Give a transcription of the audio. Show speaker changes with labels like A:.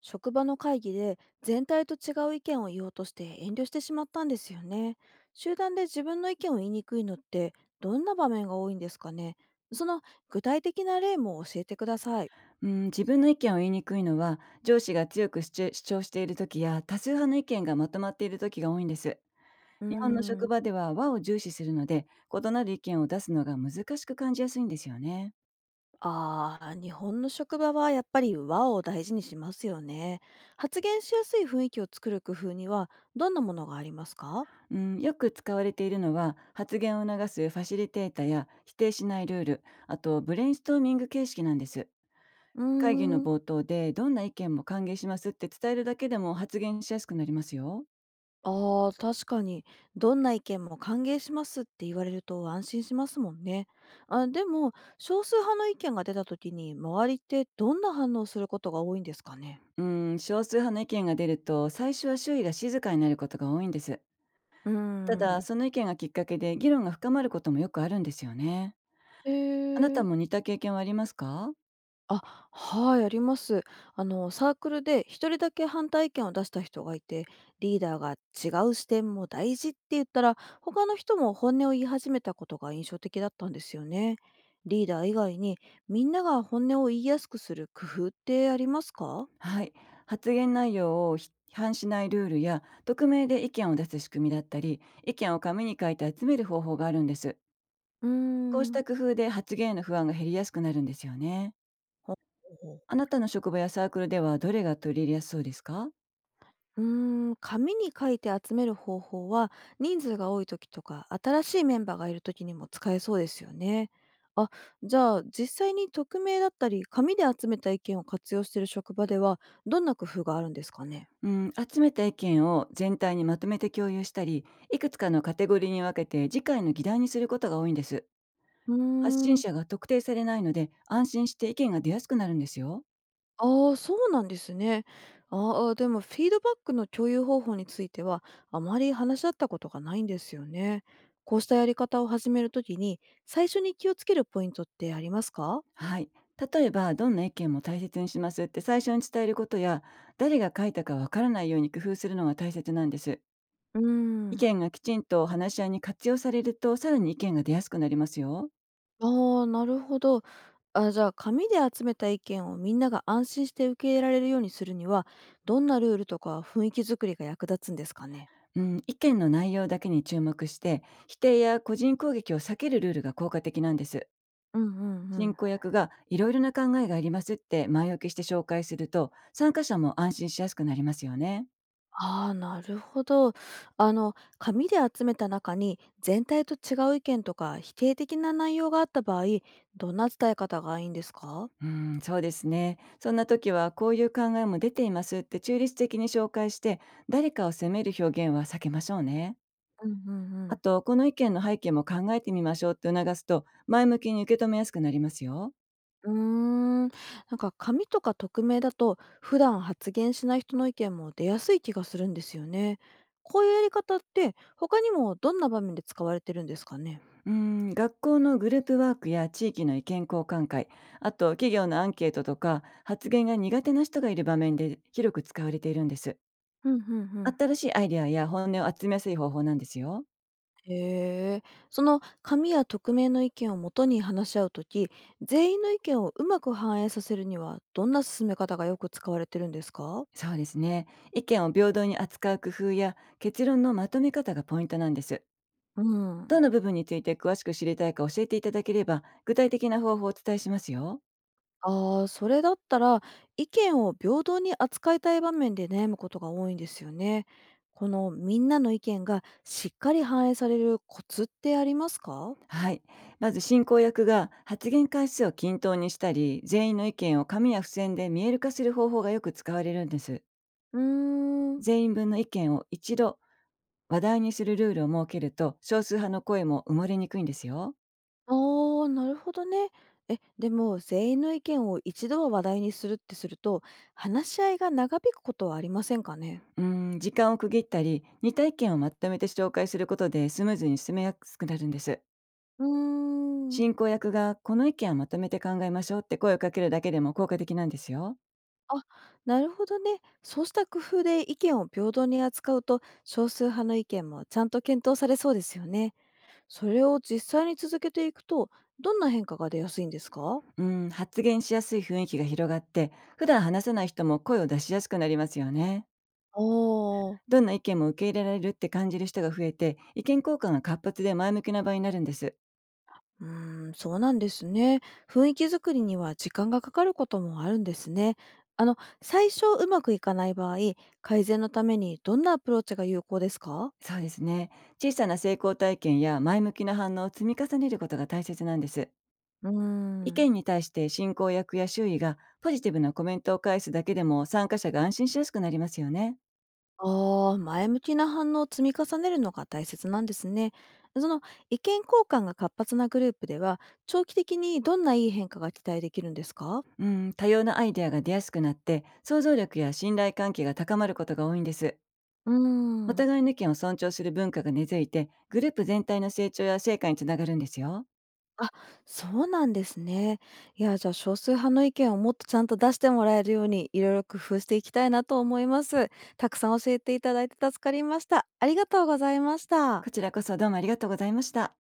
A: 職場の会議で全体と違う意見を言おうとして遠慮してしまったんですよね。集団で自分の意見を言いにくいのってどんな場面が多いんですかね？その具体的な例も教えてください。
B: うん、自分の意見を言いにくいのは上司が強く主張している時や多数派の意見がまとまっている時が多いんです。
A: うー
B: 日本の
A: ん。
B: 職場では和を重視するので、異なる意見を出すのが難しく感じやすいんですよね。
A: ああ、日本の職場はやっぱり和を大事にしますよね。発言しやすい雰囲気を作る工夫にはどんなものがありますか？
B: うん、よく使われているのは発言を促すファシリテータや否定しないルール、あとブレインストーミング形式なんです。
A: うー
B: 会議の
A: ん。
B: 冒頭でどんな意見も歓迎しますって伝えるだけでも発言しやすくなりますよ。
A: ああ、確かに、どんな意見も歓迎しますって言われると安心しますもんね。あ、でも、少数派の意見が出た時に、周りってどんな反応することが多いんですかね。
B: うん、少数派の意見が出ると最初は周囲が静かになることが多いんです。
A: うー
B: ただ、
A: ん。
B: その意見がきっかけで議論が深まることもよくあるんですよね。
A: え
B: あなた
A: え。
B: も似た経験はありますか？
A: あ、はい、あります。サークルで一人だけ反対意見を出した人がいて、リーダーが違う視点も大事って言ったら、他の人も本音を言い始めたことが印象的だったんですよね。リーダー以外に、みんなが本音を言いやすくする工夫ってありますか？
B: はい。発言内容を批判しないルールや、匿名で意見を出す仕組みだったり、意見を紙に書いて集める方法があるんです。
A: うー
B: こうし
A: ん。
B: た工夫で発言への不安が減りやすくなるんですよね。
A: ほうほ
B: あ
A: う。
B: なたの職場やサークルではどれが取り入れやすそうですか？
A: うーん、紙に書いて集める方法は人数が多い時とか新しいメンバーがいる時にも使えそうですよね。あ、じゃあ実際に匿名だったり紙で集めた意見を活用している職場ではどんな工夫があるんですかね？
B: うん、集めた意見を全体にまとめて共有したり、いくつかのカテゴリーに分けて次回の議題にすることが多いんです。
A: うー
B: 発信
A: ん、
B: 者が特定されないので、安心して意見が出やすくなるんですよ。
A: ああ、そうなんですね。ああ、でもフィードバックの共有方法についてはあまり話し合ったことがないんですよね。こうしたやり方を始めるときに最初に気をつけるポイントってありますか？
B: はい。例えば、どんな意見も大切にしますって最初に伝えることや、誰が書いたかわからないように工夫するのが大切なんです。
A: うー
B: 意
A: ん。
B: 見がきちんと話し合いに活用されると、さらに意見が出やすくなりますよ。
A: ああ、なるほど。あ、じゃあ、紙で集めた意見をみんなが安心して受け入れられるようにするには、どんなルールとか雰囲気作りが役立つんですかね？
B: うん、意見の内容だけに注目して、否定や個人攻撃を避けるルールが効果的なんです。
A: うんうんう
B: 進
A: ん。
B: 行役がいろいろな考えがありますって前置きして紹介すると、参加者も安心しやすくなりますよね。
A: ああ、なるほど。あの、紙で集めた中に、全体と違う意見とか否定的な内容があった場合、どんな伝え方がいいんですか？
B: うん、そうですね。そんな時は、こういう考えも出ていますって中立的に紹介して、誰かを責める表現は避けましょうね。
A: うんうんう
B: あ
A: ん。
B: と、この意見の背景も考えてみましょうって促すと、前向きに受け止めやすくなりますよ。
A: うーん、なんか紙とか匿名だと普段発言しない人の意見も出やすい気がするんですよね。こういうやり方って他にもどんな場面で使われてるんですかね？
B: うん、学校のグループワークや地域の意見交換会、あと企業のアンケートとか、発言が苦手な人がいる場面で広く使われているんです。
A: うんうんうん。
B: 新しいアイデアや本音を集めやすい方法なんですよ。
A: へえ、その紙や匿名の意見をもとに話し合うとき、全員の意見をうまく反映させるにはどんな進め方がよく使われてるんですか？
B: そうですね。意見を平等に扱う工夫や結論のまとめ方がポイントなんです。
A: う
B: ど
A: ん。
B: の部分について詳しく知りたいか教えていただければ、具体的な方法をお伝えしますよ。
A: ああ、それだったら、意見を平等に扱いたい場面で悩むことが多いんですよね。このみんなの意見がしっかり反映されるコツってありますか？
B: はい。まず進行役が発言回数を均等にしたり、全員の意見を紙や付箋で見える化する方法がよく使われるんです。
A: うーん、
B: 全員分の意見を一度話題にするルールを設けると、少数派の声も埋もれにくいんですよ。
A: ああ、なるほどね。え、でも全員の意見を一度は話題にするってすると、話し合いが長引くことはありませんかね？
B: うーん、時間を区切ったり、似た意見をまとめて紹介することでスムーズに進めやすくなるんです。
A: うー
B: 進
A: ん。
B: 行役がこの意見をまとめて考えましょうって声をかけるだけでも効果的なんですよ。
A: あ、なるほどね。そうした工夫で意見を平等に扱うと、少数派の意見もちゃんと検討されそうですよね。それを実際に続けていくと、どんな変化が出やすいんですか？
B: うん、発言しやすい雰囲気が広がって、普段話さない人も声を出しやすくなりますよね。
A: おー。
B: どんな意見も受け入れられるって感じる人が増えて、意見交換が活発で前向きな場になるんです。
A: うーん、そうなんですね。雰囲気作りには時間がかかることもあるんですね。最初うまくいかない場合、改善のためにどんなアプローチが有効ですか？
B: そうですね。小さな成功体験や前向きな反応を積み重ねることが大切なんです。
A: うー
B: 意
A: ん。
B: 見に対して進行役や周囲がポジティブなコメントを返すだけでも参加者が安心しやすくなりますよね。
A: ああ、前向きな反応を積み重ねるのが大切なんですね。その意見交換が活発なグループでは、長期的にどんないい変化が期待できるんですか？
B: うん、多様なアイデアが出やすくなって、想像力や信頼関係が高まることが多いんです。
A: う
B: お
A: ーん。
B: 互いの意見を尊重する文化が根付いて、グループ全体の成長や成果につながるんですよ。
A: あ、そうなんですね。いや、じゃあ、少数派の意見をもっとちゃんと出してもらえるように、いろいろ工夫していきたいなと思います。たくさん教えていただいて助かりました。ありがとうございました。
B: こちらこそどうもありがとうございました。